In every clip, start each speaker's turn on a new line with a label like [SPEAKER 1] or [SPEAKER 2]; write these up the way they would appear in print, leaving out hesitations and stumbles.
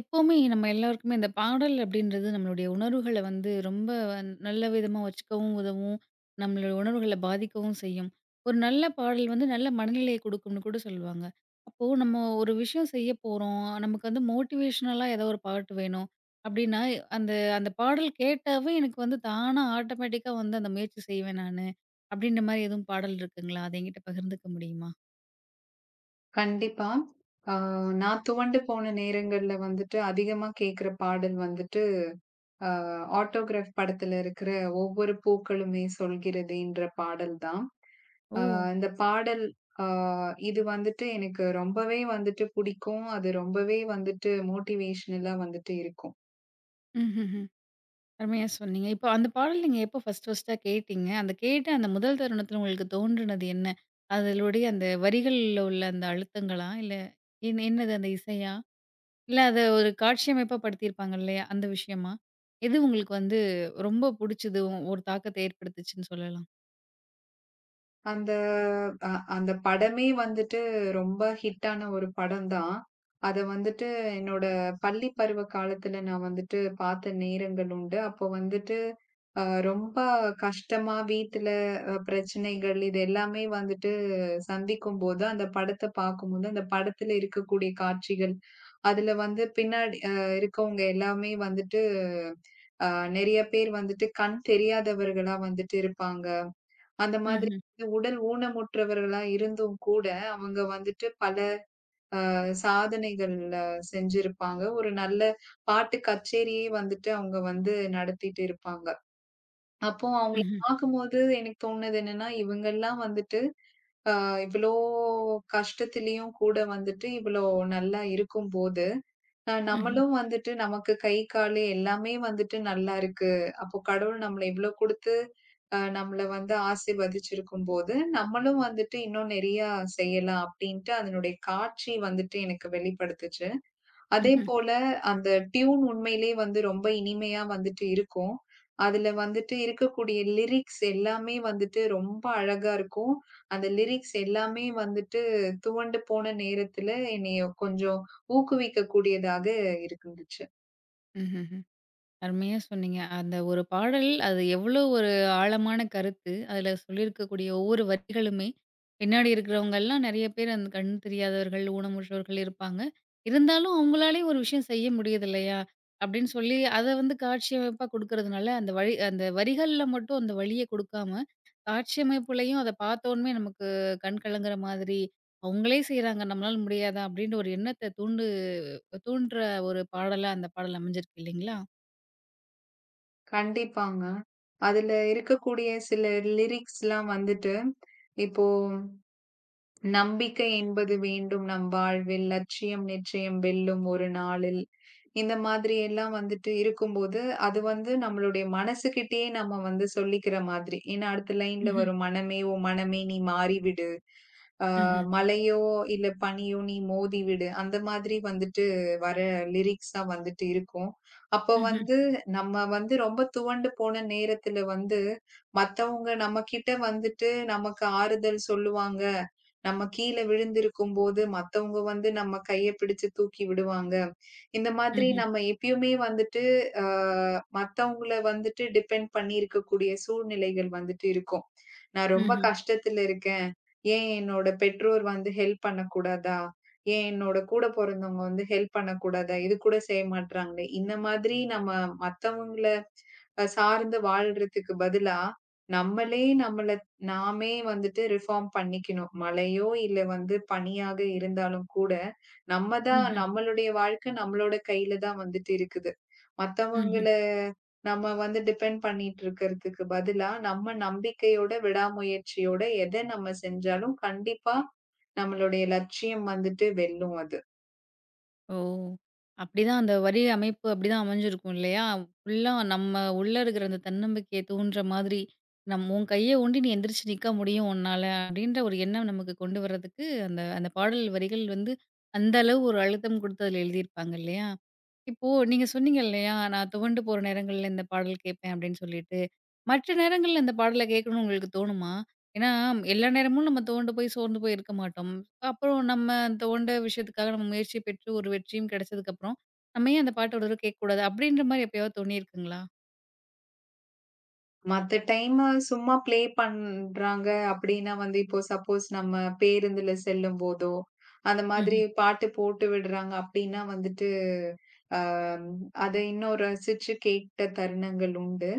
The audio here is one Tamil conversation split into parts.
[SPEAKER 1] எப்பவுமே நம்ம எல்லாருக்குமே இந்த பாடல் அப்படின்றது நம்மளுடைய உணர்வுகளை வந்து ரொம்ப நல்ல விதமா வச்சுக்கவும் உதவும். நம்மளுடைய உணர்வுகள பாதிக்கவும் செய்யும். ஒரு நல்ல பாடல் வந்து நல்ல மனநிலையை கொடுக்கும்னு கூட சொல்லுவாங்க. அப்போ நம்ம ஒரு விஷயம் செய்ய போறோம். நமக்கு வந்து மோட்டிவேஷனலா ஏதோ ஒரு பாட்டு வேணும் அப்படின்னா, அந்த அந்த பாடல் கேட்டாவே எனக்கு வந்து தானா ஆட்டோமேட்டிக்கா வந்து அந்த முயற்சி செய்வேன் நானு. அப்படின்ற மாரி எதுவும் பாடல் இருக்குங்களா? அத என்கிட்ட பகிர்ந்துக்க முடியுமா?
[SPEAKER 2] கண்டிப்பா. ஆ நான் துவண்டு போன நேரங்கள்ல வந்துட்டு அதிகமா கேட்கிற பாடல் வந்துட்டு, ஆ ஆட்டோகிராஃப் படத்துல இருக்கிற "ஒவ்வொரு பூக்களுமே சொல்கிறதேன்ற" பாடல் தான்.
[SPEAKER 1] ஓ!
[SPEAKER 2] இந்த பாடல் ஆ இது வந்துட்டு எனக்கு ரொம்பவே வந்துட்டு பிடிக்கும். அது ரொம்பவே வந்துட்டு மோட்டிவேஷனலா வந்துட்டு இருக்கும்.
[SPEAKER 1] ம்ஹ்ம். அருமையா சொன்னீங்க. இப்போ அந்த பாடல் நீங்க எப்போ ஃபர்ஸ்ட்டா கேட்டீங்க? அந்த கேட்ட அந்த முதல் தருணத்துல உங்களுக்கு தோன்றுனது என்ன? அதனுடைய அந்த வரிகள்ல உள்ள அந்த அழுத்தங்களா? இல்ல என்னது அந்த இசையா? இல்ல அத ஒரு காட்சியமைப்பா படுத்தியிருப்பாங்க இல்லையா? அந்த விஷயமா? எது உங்களுக்கு வந்து ரொம்ப புடிச்சது? ஒரு தாக்கத்த ஏற்படுத்துச்சுன்னு சொல்லலாம்?
[SPEAKER 2] அந்த அ அந்த படமே வந்துட்டு ரொம்ப ஹிட்டான ஒரு படம் தான். அத வந்துட்டு என்னோட பள்ளி பருவ காலத்துல நான் வந்துட்டு பார்த்த நேரங்கள் உண்டு. அப்போ வந்துட்டு ரொம்ப கஷ்டமா வீட்ல பிரச்சனைகள் இது எல்லாமே வந்துட்டு சந்திக்கும்போது, அந்த படத்த பார்க்கும்போது, அந்த படத்துல இருக்கக்கூடிய காட்சிகள், அதுல வந்து பின்னாடி இருக்கவங்க எல்லாமே வந்துட்டு, அ நெறைய பேர் வந்துட்டு கண் தெரியாதவர்களா வந்துட்டு இருப்பாங்க. அந்த மாதிரி
[SPEAKER 1] ம்ஹ்ம்.
[SPEAKER 2] வந்து உடல் ஊனமுற்றவர்களா இருந்தும் கூட, அவங்க வந்துட்டு பல சாதனைகள் செஞ்சிருப்பாங்க. ஒரு நல்ல பாட்டு கச்சேரியே வந்துட்டு அவங்க வந்து நடத்திட்டு இருப்பாங்க. அப்போ அவங்கள
[SPEAKER 1] ம்ஹ்ம்.
[SPEAKER 2] பார்க்கும்போது எனக்கு தோணுனது என்னன்னா, இவங்கலாம் வந்துட்டு அ இவ்ளோ கஷ்டத்திலயும் கூட வந்துட்டு இவ்ளோ நல்லா இருக்கும்போது
[SPEAKER 1] ம்ஹ்ம்.
[SPEAKER 2] நம்மளும் வந்துட்டு நமக்கு கை, காலு எல்லாமே வந்துட்டு நல்லா இருக்கு. அப்போ கடவுள் நம்மள இவ்ளோ குடுத்து, நம்மள வந்து ஆசீர்வதிச்சிருக்கும்போது, நம்மளும் வந்துட்டு இன்னும் நெறையா செய்யலாம் அப்டின்ட்டு அதனுடைய காட்சி வந்துட்டு எனக்கு வெளிப்படுத்துச்சு.
[SPEAKER 1] ம்ஹ்ம்.
[SPEAKER 2] அதேபோல அந்த டியூன் உண்மையிலேயே வந்து ரொம்ப இனிமையா வந்துட்டு இருக்கும். அதுல வந்துட்டு இருக்கக்கூடிய லிரிக்ஸ் எல்லாமே வந்துட்டு ரொம்ப அழகா இருக்கும். அந்த லிரிக்ஸ் எல்லாமே வந்துட்டு துவண்டு போன நேரத்துல என்னைய கொஞ்சம் ஊக்குவிக்கக்கூடியதாக இருந்துச்சு.
[SPEAKER 1] ம்ஹ்ம். அருமையா சொன்னீங்க. அந்த ஒரு பாடல் அது எவ்வளோ ஒரு ஆழமான கருத்து. அதில சொல்லியிருக்கக்கூடிய ஒவ்வொரு வரிகளுமே, பின்னாடி இருக்கிறவங்கலாம் நெறைய பேர் அந்த கண் தெரியாதவர்கள், ஊனமுற்றோர்கள் இருப்பாங்க. இருந்தாலும் அவங்களாலேயும் ஒரு விஷயம் செய்ய முடியுது இல்லையா? அப்படின்னு சொல்லி அத வந்து காட்சியமைப்பா குடுக்கறதுனால, அந்த வழி அந்த வரிகள்ல மட்டும் அந்த வலிய குடுக்காம, காட்சியமைப்புலயும் அத பார்த்தோனமே நமக்கு கண் கலங்குற மாதிரி, "அவங்களே செய்றாங்க நம்மளால முடியாதா?" அப்படின்ற ஒரு எண்ணத்த தூண்டுற ஒரு பாடலா அந்த பாடல் அமைஞ்சிருக்கு இல்லைங்களா?
[SPEAKER 2] கண்டிப்பாங்க. அதுல இருக்கக்கூடிய சில லிரிக்ஸ்லாம் வந்துட்டு இப்போ நம்பிக்கை என்பது வேண்டும் நம் வாழ்வில். லட்சியம் நிச்சயம் வெல்லும் ஒரு நாளில். இந்த மாதிரி எல்லாம் வந்துட்டு இருக்கும்போது, அது வந்து நம்மளுடைய மனசுகிட்டயே நம்ம வந்து சொல்லிக்கிற மாதிரி. ஏன்னா, அடுத்த லைன்ல வரும் "மனமே, ஓ மனமே நீ மாறிவிடு. அ
[SPEAKER 1] ம்ஹ்ம்,
[SPEAKER 2] மலையோ இல்ல பனியோ நீ மோதிவிடு." அந்த மாதிரி வந்துட்டு வர லிரிக்ஸா வந்துட்டு இருக்கும். அப்போ
[SPEAKER 1] ம்ஹ்ம்,
[SPEAKER 2] வந்து நம்ம வந்து ரொம்ப துவண்டு போன நேரத்துல வந்து, மத்தவங்க நம்மகிட்ட வந்துட்டு நமக்கு ஆறுதல் சொல்லுவாங்க. நம்ம கீழ விழுந்திருக்கும்போது, மத்தவங்க வந்து நம்ம கைய பிடிச்சு தூக்கி விடுவாங்க. இந்த மாதிரி
[SPEAKER 1] ம்ஹ்ம்,
[SPEAKER 2] நம்ம எப்பயுமே வந்துட்டு, அ மத்தவங்கள வந்துட்டு டிபெண்ட் பண்ணி இருக்கக்கூடிய சூழ்நிலைகள் வந்துட்டு இருக்கும். நான் ரொம்ப
[SPEAKER 1] ம்ஹ்ம்,
[SPEAKER 2] கஷ்டத்துல இருக்கேன். ஏன் என்னோட பெற்றோர் வந்து ஹெல்ப் பண்ணக்கூடாதா? ஏன் என்னோட கூட பொறந்தவங்க வந்து ஹெல்ப் பண்ணக்கூடாதா? இது கூட செய்ய மாட்றாங்களே! இந்த மாதிரி நம்ம மத்தவங்கள சார்ந்து வாழ்றதுக்கு பதிலா, நம்மளே நம்மள நாமே வந்துட்டு ரிஃபார்ம் பண்ணிக்கணும். மழையோ இல்ல வந்து பனியாக இருந்தாலும் கூட, நம்ம தான் நம்மளுடைய வாழ்க்கை நம்மளோட கையில தான் வந்துட்டு இருக்குது.
[SPEAKER 1] ம்ஹ்ம.
[SPEAKER 2] மத்தவங்கள நம்ம வந்து டிபெண்ட் பண்ணிட்டு இருக்கிறதுக்கு பதிலா, நம்ம நம்பிக்கையோட, விடாமுயற்சியோட எத நம்ம செஞ்சாலும் கண்டிப்பா நம்மளுடைய லட்சியம் வந்துட்டு வெல்லும் அது.
[SPEAKER 1] ஓ! அப்படிதான் அந்த வரி அமைப்பு அப்படிதான் அமைஞ்சிருக்கும் இல்லையா? ஃபுல்லா நம்ம உள்ள இருக்கிற அந்த தன்னம்பிக்கைய தூண்டுற மாதிரி, "நம் உன் கைய ஊண்டி நீ எந்திரிச்சு நிக்க முடியும் உன்னால" அப்படின்ற ஒரு எண்ணம் நமக்கு கொண்டு வரதுக்கு அந்த அந்த பாடல் வரிகள் வந்து அந்த அளவு ஒரு அழுத்தம் கொடுத்து அதில எழுதியிருப்பாங்க இல்லையா? இப்போ நீங்க சொன்னீங்க இல்லையா, "நான் துவண்டு போற நேரங்கள்ல இந்த பாடல் கேட்பேன்" அப்படின்னு சொல்லிட்டு. மற்ற நேரங்கள்ல இந்த பாடல கேட்கணும்னு உங்களுக்கு தோணுமா? ஏன்னா, எல்லா நேரமும் நம்ம துவண்டு போய் சோர்ந்து போய் இருக்க மாட்டோம். அப்புறம் நம்ம அந்த தொண்ட விஷயத்துக்காக நம்ம முயற்சி பெற்று ஒரு வெற்றியும் கிடைச்சதுக்கப்புறம், நம்ம ஏன் அந்த பாட்ட ஒரு தடவ கேட்கக்கூடாது? அப்படின்ற மாரி எப்பயாவது தோணியிருக்குங்களா?
[SPEAKER 2] மத்த டைமு சும்மா ப்ளே பண்றாங்க அப்டின்னா வந்து, இப்போ சப்போஸ் நம்ம பேருந்துல செல்லும்போதோ, அந்த மாதிரி
[SPEAKER 1] ம்ஹ்ம்.
[SPEAKER 2] பாட்டு போட்டு விடுறாங்க அப்டின்னா வந்துட்டு, அ அத இன்னும் ரசிச்சு கேட்ட தருணங்கள் உண்டு.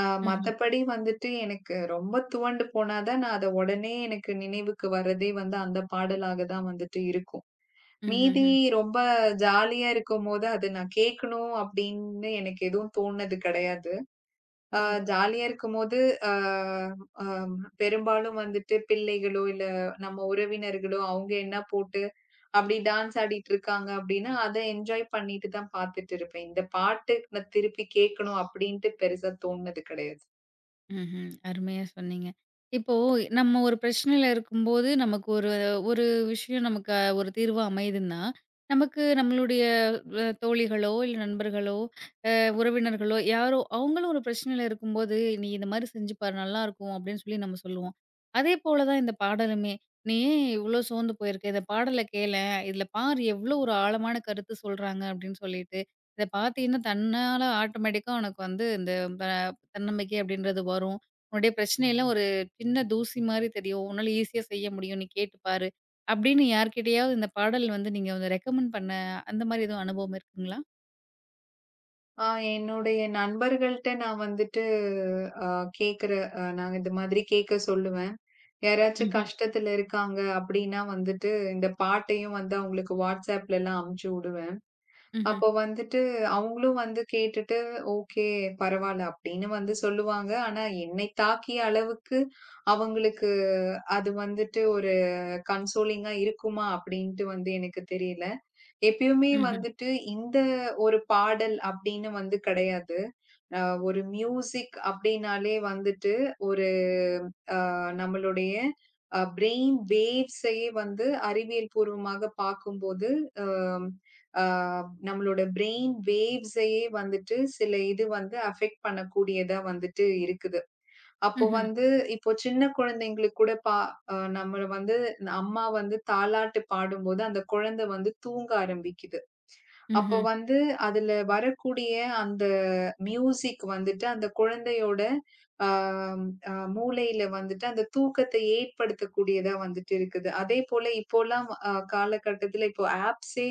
[SPEAKER 2] அ
[SPEAKER 1] ம்ஹ்ம்.
[SPEAKER 2] மத்தபடி வந்துட்டு எனக்கு ரொம்ப துவண்டு போனா தான் நான் அத உடனே எனக்கு நினைவுக்கு வரதே வந்து அந்த பாடலாக தான் வந்துட்டு இருக்கும்.
[SPEAKER 1] ம்ஹ்ஹ்ம்.
[SPEAKER 2] மீதி ரொம்ப ஜாலியா இருக்கும்போது, அது நான் கேட்கணும் அப்டின்னு எனக்கு எதுவும் தோணுனது கெடையாது. ஆ
[SPEAKER 1] ஓ!
[SPEAKER 2] ஜாலியா இருக்கும்போது, ஆ அ பெரும்பாலும் வந்துட்டு பிள்ளைகளோ, இல்ல நம்ம உறவினர்களோ, அவங்க என்ன போட்டு அப்படி டான்ஸ் ஆடிட்டு இருக்காங்க அப்படின்னா, அத என்ஜாய் பண்ணிட்டு தான் பார்த்துட்டு இருப்பேன். இந்த பாட்டு நான் திருப்பி கேட்கணும் அப்படின்ட்டு பெருசா தோணுனது கிடையாது.
[SPEAKER 1] ம்ஹ்ம். அருமையா சொன்னீங்க. இப்போ நம்ம ஒரு பிரச்சனையில இருக்கும்போது, நமக்கு ஒரு ஒரு விஷயம் நமக்கு ஒரு தீர்வா அமையுதுன்னா, நமக்கு நம்மளுடைய தோழிகளோ, இல்ல நண்பர்களோ, அ உறவினர்களோ யாரோ அவங்களும் ஒரு பிரச்சனையில இருக்கும்போது, "நீ இந்த மாரி செஞ்சு பாரு நல்லாயிருக்கும்" அப்படின்னு சொல்லி நம்ம சொல்லுவோம். அதே போல தான் இந்த பாடலுமே. "நீ ஏன் இவ்ளோ சோர்ந்து போயிருக்க? இந்த பாடல கேளேன். இதுல பாரு எவ்ளோ ஒரு ஆழமான கருத்து சொல்றாங்க" அப்படின்னு சொல்லிட்டு, இத பார்த்தீன்னா தன்னால ஆட்டோமேட்டிக்கா உனக்கு வந்து இந்த தன்னம்பிக்கை அப்படின்றது வரும். உன்னுடைய பிரச்சனையெல்லாம் ஒரு சின்ன தூசி மாரி தெரியும். உன்னால ஈஸியா செய்ய முடியும். நீ கேட்டு பாரு. அப்படின்னு யார்கிட்டயாவது இந்த பாடல் வந்து நீங்க வந்து ரெக்கமெண்ட் பண்ண அந்த மாரி எதுவும் அனுபவம் இருக்குங்களா?
[SPEAKER 2] ஆ என்னுடைய நண்பர்கள்ட்ட நான் வந்துட்டு அ கேட்கிற நான் இந்த மாதிரி கேட்க சொல்லுவேன். யாராச்சும்
[SPEAKER 1] ம்ஹ்ம்.
[SPEAKER 2] கஷ்டத்துல இருக்காங்க அப்படின்னா வந்துட்டு, இந்த பாட்டையும் வந்து அவங்களுக்கு WhatsAppலலாம் அனுப்பிச்சு விடுவேன்.
[SPEAKER 1] ம்ஹ்ம்.
[SPEAKER 2] அப்போ வந்துட்டு அவங்களும் வந்து கேட்டுட்டு, ஓகே பரவால்ல அப்படின்னு வந்து சொல்லுவாங்க. ஆனா என்னை தாக்கிய அளவுக்கு அவங்களுக்கு அது வந்துட்டு ஒரு கன்சோலிங்கா இருக்குமா அப்படின்ட்டு வந்து எனக்கு தெரியல. எப்பயுமே
[SPEAKER 1] ம்ஹ்ம்.
[SPEAKER 2] வந்துட்டு இந்த ஒரு பாடல் அப்படின்னு வந்து கிடையாது. அ ஒரு மியூசிக் அப்படின்னாலே வந்துட்டு ஒரு நம்மளுடைய பிரெயின் வேவ்ஸையே வந்து அறிவியல் பூர்வமாக பார்க்கும்போது, அம் அ நம்மளோட பிரெயின் வேவ்ஸையே வந்துட்டு சில இது வந்து அஃபெக்ட் பண்ணக்கூடியதா வந்துட்டு இருக்குது. அப்போ
[SPEAKER 1] ம்ஹ்ம்.
[SPEAKER 2] வந்து இப்போ சின்ன குழந்தைங்களுக்கு கூட பா அ நம்மள வந்து அம்மா வந்து தாலாட்டு பாடும்போது, அந்த குழந்தை வந்து தூங்க ஆரம்பிக்குது. அப்போ
[SPEAKER 1] ம்ஹ்ம்.
[SPEAKER 2] வந்து அதுல வரக்கூடிய அந்த மியூசிக் வந்துட்டு அந்த குழந்தையோட ஆ அ மூளையில வந்துட்டு அந்த தூக்கத்தை ஏற்படுத்தக்கூடியதா வந்துட்டு இருக்குது. அதேபோல இப்போலாம் காலகட்டத்தில இப்போ ஆப்ஸே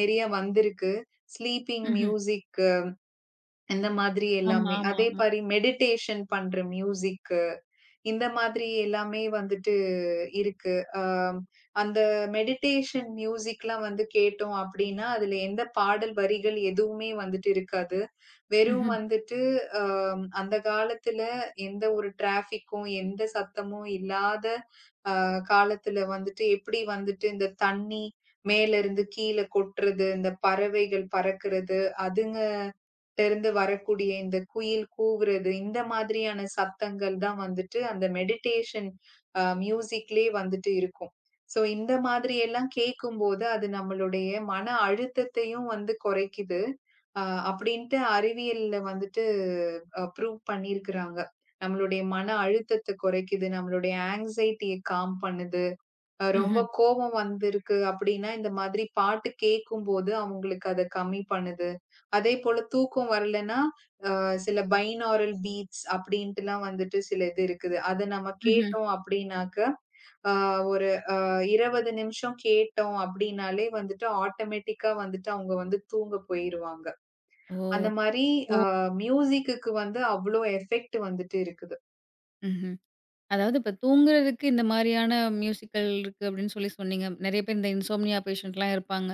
[SPEAKER 2] நெறைய வந்திருக்கு. ஸ்லீப்பிங்
[SPEAKER 1] ம்ஹ்ம்.
[SPEAKER 2] மியூசிக் இந்த மாதிரி
[SPEAKER 1] ஆமா,
[SPEAKER 2] எல்லாமே.
[SPEAKER 1] ஆமா,
[SPEAKER 2] அதே
[SPEAKER 1] ஆமா.
[SPEAKER 2] மாரி மெடிடேஷன் பண்ற மியூசிக் இந்த மாதிரி எல்லாமே வந்துட்டு இருக்கு. அ அந்த மெடிடேஷன் மியூசிக்லாம் வந்து கேட்டோம் அப்டின்னா, அதுல எந்த பாடல் வரிகள் எதுவுமே வந்துட்டு இருக்காது. வெறும்
[SPEAKER 1] ம்ஹ்ம்.
[SPEAKER 2] வந்துட்டு ஆம், அந்த காலத்துல எந்த ஒரு டிராஃபிக்கும், எந்த சத்தமும் இல்லாத காலத்துல வந்துட்டு எப்படி வந்துட்டு இந்த தண்ணி மேல இருந்து கீழ கொட்டுறது, இந்த பறவைகள் பறக்கிறது, அதுங்கட்ட இருந்து வரக்கூடிய இந்த குயில் கூவுறது, இந்த மாதிரியான சத்தங்கள் தான் வந்துட்டு அந்த மெடிடேஷன் மியூசிக்லயே வந்துட்டு இருக்கும். ஸோ இந்த மாதிரி எல்லாம் கேட்கும்போது, அது நம்மளுடைய மன அழுத்தத்தையும் வந்து குறைக்குது. அ அப்படின்ட்டு அறிவியல்ல வந்துட்டு ப்ரூவ் பண்ணியிருக்கிறாங்க. நம்மளுடைய மன அழுத்தத்த குறைக்குது, நம்மளுடைய ஆங்ஸைட்டிய காம் பண்ணுது. ரொம்ப
[SPEAKER 1] ம்ஹ்ம்.
[SPEAKER 2] கோபம் வந்திருக்கு அப்படின்னா, இந்த மாதிரி பாட்டு கேட்கும்போது அவங்களுக்கு அத கம்மி பண்ணுது. அதேபோல தூக்கம் வரலன்னா, சில பைனாரல் பீட்ஸ் அப்படின்ட்டுலாம் வந்துட்டு சில இது இருக்குது. அத நம்ம
[SPEAKER 1] ம்ஹ்ம்.
[SPEAKER 2] கேட்டோம் அப்படின்னாக்க, அ ஒரு 20 நிமிஷம் கேட்டோம் அப்படின்னாலே வந்துட்டு ஆட்டோமேட்டிக்கா வந்துட்டு அவங்க வந்து தூங்க போயிருவாங்க.
[SPEAKER 1] ஓ!
[SPEAKER 2] அந்த மாரி
[SPEAKER 1] இப்போ
[SPEAKER 2] அ மியூசிக்குக்கு வந்து அவ்ளோ எஃபெக்ட் வந்துட்டு இருக்குது.
[SPEAKER 1] ம்ஹ்ம். அதாவது இப்ப தூங்குறதுக்கு இந்த மாரியான மியூசிக்கல் இருக்கு அப்படின்னு சொல்லி சொன்னீங்க. நெறைய பேர் இந்த இன்சோம்னியா பேஷண்ட்லாம் இருப்பாங்க.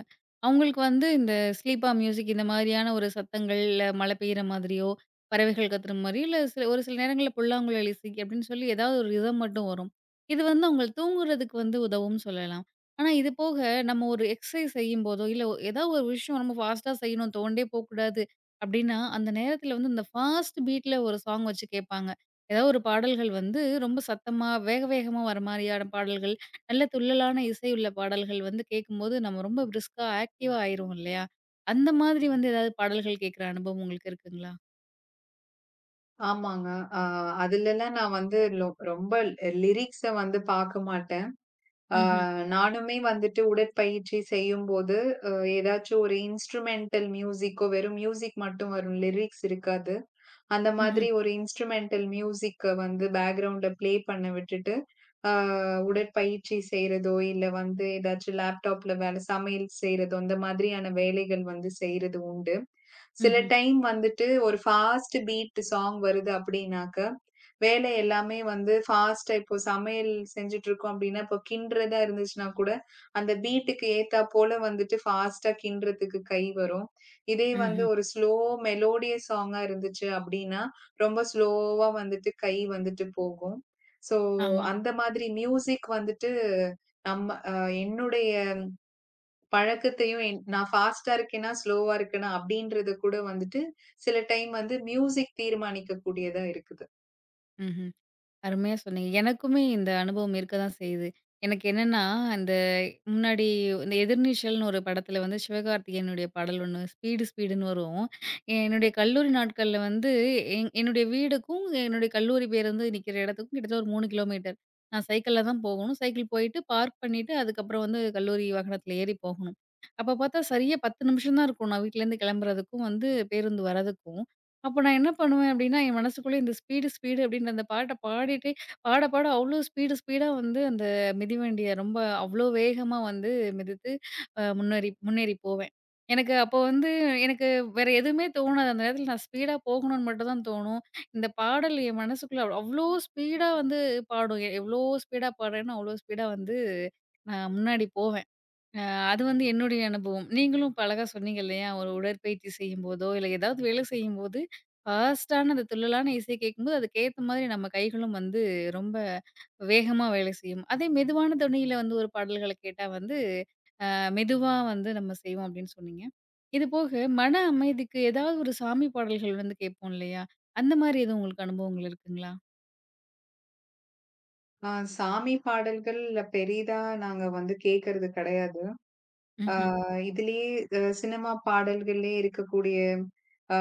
[SPEAKER 1] அவங்களுக்கு வந்து இந்த ஸ்லீப்பா மியூசிக் இந்த மாரியான ஒரு சத்தங்கள், இல்ல மழை பெய்யிற மாதிரியோ, பறவைகள் கத்துற மாரி, இல்ல சில ஒரு சில நேரங்கள்ல புல்லாங்குழல் இசை அப்படின்னு சொல்லி ஏதாவது ஒரு ரிதம் மட்டும் வரும். இது வந்து அவங்கள தூங்குறதுக்கு வந்து உதவும்னு சொல்லலாம். ஆனா இது போக நம்ம ஒரு எக்ஸர்சைஸ் செய்யும்போதோ, இல்ல ஏதாவது ஒரு விஷயம் நம்ம ஃபாஸ்ட்டா செய்யணும், தோண்டே போக்கூடாது அப்படின்னா, அந்த நேரத்துல வந்து இந்த ஃபாஸ்ட் பீட்ல ஒரு சாங் வச்சு கேட்பாங்க. ஏதாவது ஒரு பாடல்கள் வந்து ரொம்ப சத்தமா, வேக வேகமா வர மாரியான பாடல்கள், நல்ல துள்ளலான இசை உள்ள பாடல்கள் வந்து கேட்கும்போது, நம்ம ரொம்ப பிரிஸ்கா ஆக்டிவா ஆயிருவோம் இல்லையா? அந்த மாதிரி வந்து ஏதாவது பாடல்கள் கேட்கிற அனுபவம் உங்களுக்கு இருக்குங்களா?
[SPEAKER 2] ஆமாங்க. அ அதுலலாம் நான் வந்து ரொம்ப லிரிக்ஸ வந்து பாக்க மாட்டேன். அ
[SPEAKER 1] ம்ஹ்ம்,
[SPEAKER 2] நானுமே வந்துட்டு உடற்பயிற்சி செய்யும்போது, அ ஏதாச்சும் ஒரு இன்ஸ்ட்ருமெண்டல் மியூசிக்கோ, வெறும் மியூசிக் மட்டும் வரும். லிரிக்ஸ் இருக்காது. அந்த
[SPEAKER 1] ம்ஹ்ம்,
[SPEAKER 2] மாதிரி ஒரு இன்ஸ்ட்ருமெண்டல் மியூசிக்க வந்து பேக்கிரவுண்ட்ல ப்ளே பண்ண விட்டுட்டு, அ உடற்பயிற்சி செய்றதோ, இல்ல வந்து ஏதாச்சும் லேப்டாப்ல வேல சமையல் செய்றதோ, அந்த மாதிரியான வேலைகள் வந்து செய்றது உண்டு. சில
[SPEAKER 1] ம்ஹ்ம்,
[SPEAKER 2] டைம் வந்துட்டு ஒரு ஃபாஸ்ட் பீட் சாங் வருது அப்படின்னாக்க, வேலை எல்லாமே வந்து ஃபாஸ்ட்டா இப்போ சமையல் செஞ்சுட்டுருக்கோம் அப்டின்னா, இப்போ கிண்டுறதா இருந்துச்சுன்னா கூட, அந்த பீட்டுக்கு ஏத்தாப்போல வந்துட்டு ஃபாஸ்ட்டா கிண்டுறதுக்கு கை வரும். இதே வந்து
[SPEAKER 1] ம்ஹ்ம்.
[SPEAKER 2] ஒரு ஸ்லோ மெலோடியஸ் சாங்கா இருந்துச்சு அப்டின்னா, ரொம்ப ஸ்லோவா வந்துட்டு கை வந்துட்டு போகும். ஸோ
[SPEAKER 1] ஆமா.
[SPEAKER 2] அந்த மாதிரி மியூசிக் வந்துட்டு நம்ம என்னுடைய பழக்கத்தையும் என் நான் ஃபாஸ்ட்டா இருக்கேனா, ஸ்லோவா இருக்கேனா அப்டின்றத கூட வந்துட்டு சில டைம் வந்து மியூசிக் தீர்மானிக்கக்கூடியதா இருக்குது.
[SPEAKER 1] ம்ஹ்ம். அருமையா சொன்னீங்க. எனக்குமே இந்த அனுபவம் இருக்க தான் செய்யுது. எனக்கு என்னன்னா, அந்த முன்னாடி இந்த எதிர்நீச்சல்னு ஒரு படத்துல வந்து சிவகார்த்திகேயனுடைய பாடல் ஒண்ணு ஸ்பீடு ஸ்பீடுன்னு வரும். என்னுடைய கல்லூரி நாட்கள்ல வந்து என்னுடைய வீடுக்கும், என்னுடைய கல்லூரி பேருந்து நிக்கிற இடத்துக்கும் கிட்டத்தட்ட ஒரு 3 கிலோமீட்டர். நான் சைக்கிள்ல தான் போகணும். சைக்கிள் போயிட்டு பார்க் பண்ணிட்டு அதுக்கப்புறம் வந்து கல்லூரி வாகனத்துல ஏறி போகணும். அப்ப பார்த்தா சரியா 10 நிமிஷம் தான் இருக்கும். நான் வீட்லேருந்து கிளம்புறதுக்கும் வந்து பேருந்து வர்றதுக்கும். அப்போ நான் என்ன பண்ணுவேன் அப்படின்னா, என் மனசுக்குள்ளே இந்த ஸ்பீடு, ஸ்பீடு அப்படின்னு அந்த பாட்ட பாடிட்டே பாட, பாட அவ்ளோ ஸ்பீடு, ஸ்பீடா வந்து அந்த மிதிவண்டிய ரொம்ப அவ்ளோ வேகமா வந்து மிதித்து முன்னேறி முன்னேறி போவேன். எனக்கு அப்போ வந்து எனக்கு வேற எதுவுமே தோணாது. அந்த நேரத்தில நான் ஸ்பீடா போகணும்னு மட்டும் தான் தோணும். இந்த பாடல் என் மனசுக்குள்ள அவ்ளோ ஸ்பீடா வந்து பாடும். எவ்ளோ ஸ்பீடா பாடுறேனோ, அவ்ளோ ஸ்பீடா வந்து நான் முன்னாடி போவேன். அ அது வந்து என்னுடைய அனுபவம். நீங்களும் இப்ப அழகா சொன்னீங்க இல்லையா? ஒரு உடற்பயிற்சி செய்யும்போதோ, இல்ல ஏதாவது வேலை செய்யும்போது, ஃபாஸ்ட்டான அந்த துள்ளலான இசை கேட்கும்போது, அதுக்கேத்த மாதிரி நம்ம கைகளும் வந்து ரொம்ப வேகமா வேலை செய்யும். அதே மெதுவான தொனியில வந்து ஒரு பாடல்கள கேட்டா வந்து, மெதுவா வந்து நம்ம செய்வோம் அப்படின்னு சொன்னீங்க. இது போக மன அமைதிக்கு ஏதாவது ஒரு சாமி பாடல்கள் வந்து கேட்போம் இல்லையா? அந்த மாரி எதுவும் உங்களுக்கு அனுபவங்கள் இருக்குங்களா?
[SPEAKER 2] சாமி பாடல்கள் பெரிதா நாங்க வந்து கேட்கறது கிடையாது. ஆ
[SPEAKER 1] ம்ஹ்ம்,
[SPEAKER 2] இதுலயே சினிமா பாடல்கள்லயே இருக்கக்கூடிய ஆ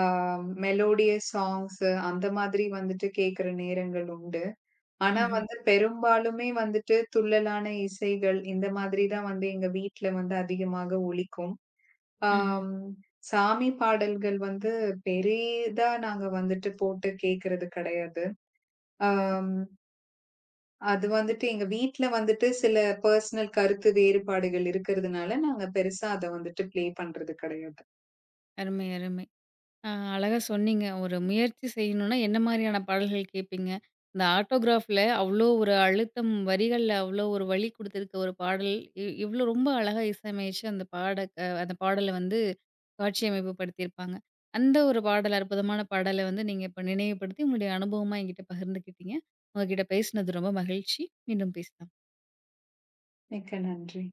[SPEAKER 2] மெலோடியஸ் சாங்ஸ் அந்த மாதிரி வந்துட்டு கேட்கிற நேரங்கள் உண்டு. ஆனா
[SPEAKER 1] ம்ஹ்ம்,
[SPEAKER 2] வந்து பெரும்பாலுமே வந்துட்டு துள்ளலான இசைகள் இந்த மாதிரி தான் வந்து எங்க வீட்ல வந்து அதிகமாக ஒலிக்கும்.
[SPEAKER 1] ம்ஹ்ம்.
[SPEAKER 2] ஆம். சாமி பாடல்கள் வந்து பெரிதா நாங்க வந்துட்டு போட்டு கேட்கறது கிடையாது.
[SPEAKER 1] ஓ!
[SPEAKER 2] ஆம். அது வந்துட்டு எங்க வீட்ல வந்துட்டு சில பர்சனல் கருத்து வேறுபாடுகள் இருக்கிறதுனால, நாங்க பெருசா அத வந்துட்டு ப்ளே பண்றது கிடையாது.
[SPEAKER 1] அருமை, அருமை. ஆ அழகா சொன்னீங்க. ஒரு முயற்சி செய்யணும்னா, என்ன மாரியான பாடல்கள் கேட்பீங்க? இந்த ஆட்டோகிராஃப்ல அவ்ளோ ஒரு அழுத்தம், வரிகள்ல அவ்ளோ ஒரு வலி குடுத்திருக்க ஒரு பாடல், இவ்ளோ ரொம்ப அழகா இசையமைச்சு அந்த பாட அந்த பாடல வந்து காட்சியமைப்பு படுத்தியிருப்பாங்க. அந்த ஒரு பாடல், அற்புதமான பாடல வந்து நீங்க இப்ப நினைவுபடுத்தி, உங்களுடைய அனுபவமா என்கிட்ட பகிர்ந்துக்கிட்டீங்க. உங்ககிட்ட பேசினது ரொம்ப மகிழ்ச்சி. மீண்டும் பேசலாம்.
[SPEAKER 2] மிக்க நன்றி.